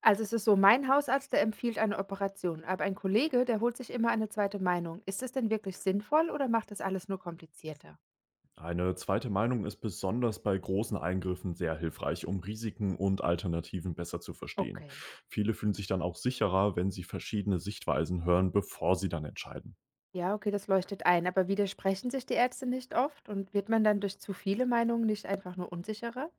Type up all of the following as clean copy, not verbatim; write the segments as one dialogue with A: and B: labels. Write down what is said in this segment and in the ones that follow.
A: Also es ist so, mein Hausarzt, der empfiehlt eine Operation, aber ein Kollege, der holt sich immer eine zweite Meinung. Ist es denn wirklich sinnvoll oder macht das alles nur komplizierter?
B: Eine zweite Meinung ist besonders bei großen Eingriffen sehr hilfreich, um Risiken und Alternativen besser zu verstehen.
A: Okay.
B: Viele fühlen sich dann auch sicherer, wenn sie verschiedene Sichtweisen hören, bevor sie dann entscheiden.
A: Ja, okay, das leuchtet ein, aber widersprechen sich die Ärzte nicht oft und wird man dann durch zu viele Meinungen nicht einfach nur unsicherer?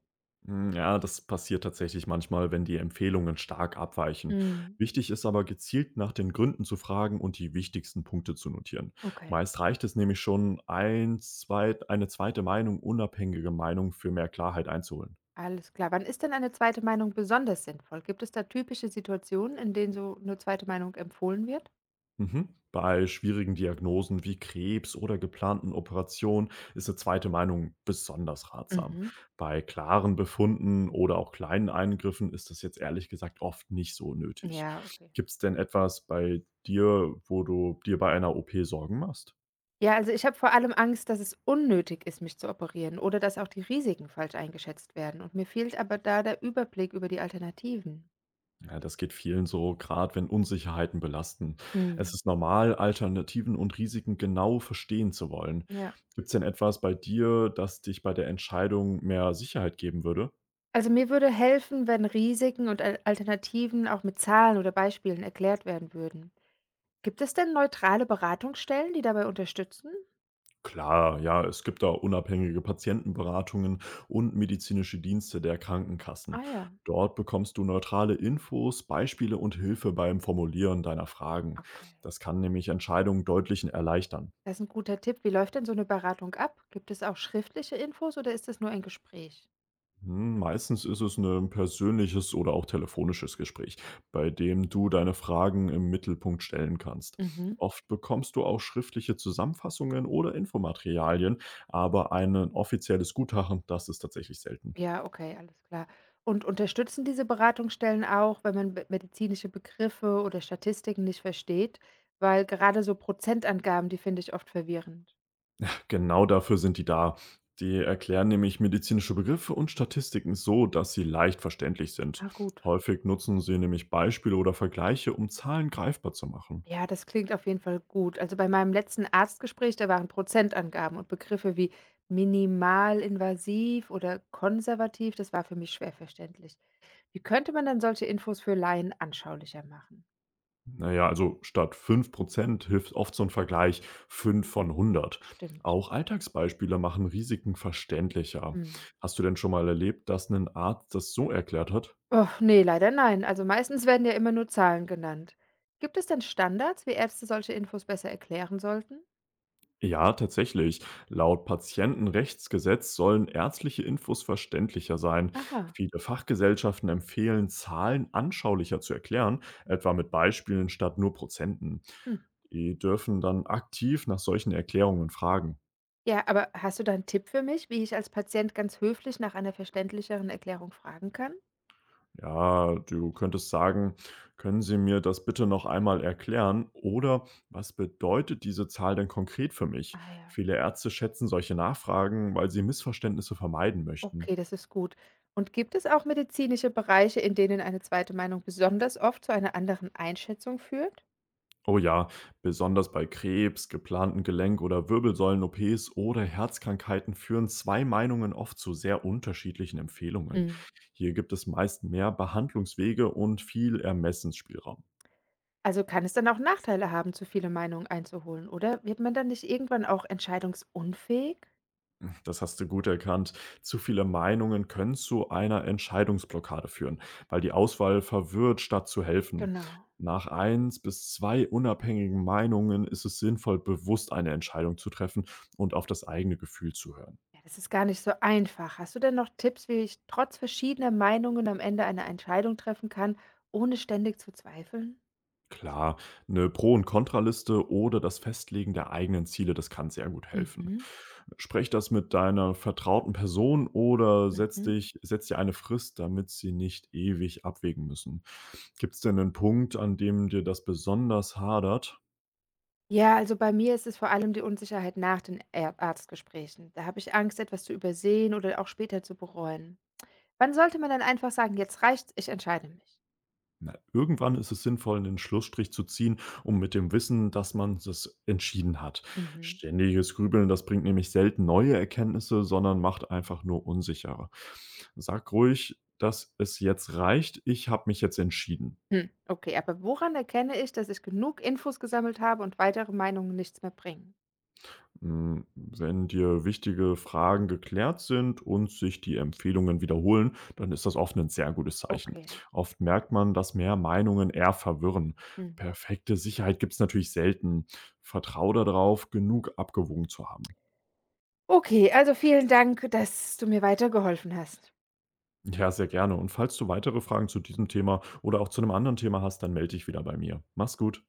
B: Ja, das passiert tatsächlich manchmal, wenn die Empfehlungen stark abweichen.
A: Mhm.
B: Wichtig ist aber gezielt nach den Gründen zu fragen und die wichtigsten Punkte zu notieren.
A: Okay.
B: Meist reicht es nämlich schon, ein, zwei, unabhängige Meinung für mehr Klarheit einzuholen.
A: Alles klar. Wann ist denn eine zweite Meinung besonders sinnvoll? Gibt es da typische Situationen, in denen so eine zweite Meinung empfohlen wird?
B: Mhm. Bei schwierigen Diagnosen wie Krebs oder geplanten Operationen ist eine zweite Meinung besonders ratsam.
A: Mhm.
B: Bei klaren Befunden oder auch kleinen Eingriffen ist das jetzt ehrlich gesagt oft nicht so nötig.
A: Ja, okay.
B: Gibt es denn etwas bei dir, wo du dir bei einer OP Sorgen machst?
A: Ja, also ich habe vor allem Angst, dass es unnötig ist, mich zu operieren oder dass auch die Risiken falsch eingeschätzt werden. Und mir fehlt aber da der Überblick über die Alternativen.
B: Ja, das geht vielen so, gerade wenn Unsicherheiten belasten. Es
A: Hm.
B: ist normal, Alternativen und Risiken genau verstehen zu wollen.
A: Ja.
B: Gibt es denn etwas bei dir, das dich bei der Entscheidung mehr Sicherheit geben würde?
A: Also mir würde helfen, wenn Risiken und Alternativen auch mit Zahlen oder Beispielen erklärt werden würden. Gibt es denn neutrale Beratungsstellen, die dabei unterstützen?
B: Klar, ja, es gibt da unabhängige Patientenberatungen und medizinische Dienste der Krankenkassen.
A: Ah ja,
B: Dort bekommst du neutrale Infos, Beispiele und Hilfe beim Formulieren deiner Fragen.
A: okay.
B: Das kann nämlich Entscheidungen deutlich erleichtern.
A: Das ist ein guter Tipp. Wie läuft denn so eine Beratung ab? Gibt es auch schriftliche Infos oder ist das nur ein Gespräch?
B: Meistens ist es ein persönliches oder auch telefonisches Gespräch, bei dem du deine Fragen im Mittelpunkt stellen kannst.
A: Mhm.
B: Oft bekommst du auch schriftliche Zusammenfassungen oder Infomaterialien, aber ein offizielles Gutachten, das ist tatsächlich selten.
A: Ja, okay, alles klar. Und unterstützen diese Beratungsstellen auch, wenn man be medizinische Begriffe oder Statistiken nicht versteht? Weil gerade so Prozentangaben, die finde ich oft verwirrend.
B: Genau dafür sind die da. Die erklären nämlich medizinische Begriffe und Statistiken so, dass sie leicht verständlich sind.
A: Ah, gut.
B: Häufig nutzen sie nämlich Beispiele oder Vergleiche, um Zahlen greifbar zu machen.
A: Ja, das klingt auf jeden Fall gut. Also bei meinem letzten Arztgespräch, da waren Prozentangaben und Begriffe wie minimalinvasiv oder konservativ, das war für mich schwer verständlich. Wie könnte man dann solche Infos für Laien anschaulicher machen?
B: Naja, also statt 5% hilft oft so ein Vergleich: 5 von 100.
A: Stimmt.
B: Auch Alltagsbeispiele machen Risiken verständlicher.
A: Hm.
B: Hast du denn schon mal erlebt, dass ein Arzt das so erklärt hat?
A: Oh, ne, leider nein. Also meistens werden ja immer nur Zahlen genannt. Gibt es denn Standards, wie Ärzte solche Infos besser erklären sollten?
B: Ja, tatsächlich. Laut Patientenrechtsgesetz sollen ärztliche Infos verständlicher sein.
A: Aha.
B: Viele Fachgesellschaften empfehlen, Zahlen anschaulicher zu erklären, etwa mit Beispielen statt nur Prozenten.
A: Hm.
B: Die dürfen dann aktiv nach solchen Erklärungen fragen.
A: Ja, aber hast du da 'n Tipp für mich, wie ich als Patient ganz höflich nach einer verständlicheren Erklärung fragen kann?
B: Ja, du könntest sagen: können Sie mir das bitte noch einmal erklären? Oder: was bedeutet diese Zahl denn konkret für mich?
A: Ah ja,
B: Viele Ärzte schätzen solche Nachfragen, weil sie Missverständnisse vermeiden möchten.
A: okay, das ist gut. Und gibt es auch medizinische Bereiche, in denen eine zweite Meinung besonders oft zu einer anderen Einschätzung führt?
B: Oh ja, besonders bei Krebs, geplanten Gelenk- oder Wirbelsäulen-OPs oder Herzkrankheiten führen zwei Meinungen oft zu sehr unterschiedlichen Empfehlungen.
A: Hm.
B: Hier gibt es meist mehr Behandlungswege und viel Ermessensspielraum.
A: Also kann es dann auch Nachteile haben, zu viele Meinungen einzuholen, oder? Wird man dann nicht irgendwann auch entscheidungsunfähig?
B: Das hast du gut erkannt. Zu viele Meinungen können zu einer Entscheidungsblockade führen, weil die Auswahl verwirrt statt zu helfen.
A: Genau.
B: Nach eins bis zwei unabhängigen Meinungen ist es sinnvoll, bewusst eine Entscheidung zu treffen und auf das eigene Gefühl zu hören.
A: Ja, das ist gar nicht so einfach. Hast du denn noch Tipps, wie ich trotz verschiedener Meinungen am Ende eine Entscheidung treffen kann, ohne ständig zu zweifeln?
B: Klar, eine Pro und Kontraliste oder das Festlegen der eigenen Ziele, das kann sehr gut helfen.
A: Mhm.
B: Sprech das mit deiner vertrauten Person oder
A: Mhm.
B: setz dir eine Frist, damit sie nicht ewig abwägen müssen. Gibt es denn einen Punkt, an dem dir das besonders hadert?
A: Ja, also bei mir ist es vor allem die Unsicherheit nach den Arztgesprächen. Da habe ich Angst, etwas zu übersehen oder auch später zu bereuen. Wann sollte man dann einfach sagen, jetzt reicht's, ich entscheide mich?
B: Na, irgendwann ist es sinnvoll, einen Schlussstrich zu ziehen, um mit dem Wissen, dass man es entschieden hat.
A: Mhm.
B: Ständiges Grübeln, das bringt nämlich selten neue Erkenntnisse, sondern macht einfach nur unsicherer. Sag ruhig, dass es jetzt reicht, ich habe mich jetzt entschieden.
A: Hm, okay, aber woran erkenne ich, dass ich genug Infos gesammelt habe und weitere Meinungen nichts mehr bringen?
B: Wenn dir wichtige Fragen geklärt sind und sich die Empfehlungen wiederholen, dann ist das oft ein sehr gutes Zeichen.
A: Okay.
B: Oft merkt man, dass mehr Meinungen eher verwirren.
A: Mhm.
B: Perfekte Sicherheit gibt es natürlich selten. Vertrau darauf, genug abgewogen zu haben.
A: Okay, also vielen Dank, dass du mir weitergeholfen hast.
B: Ja, sehr gerne. Und falls du weitere Fragen zu diesem Thema oder auch zu einem anderen Thema hast, dann melde dich wieder bei mir. Mach's gut.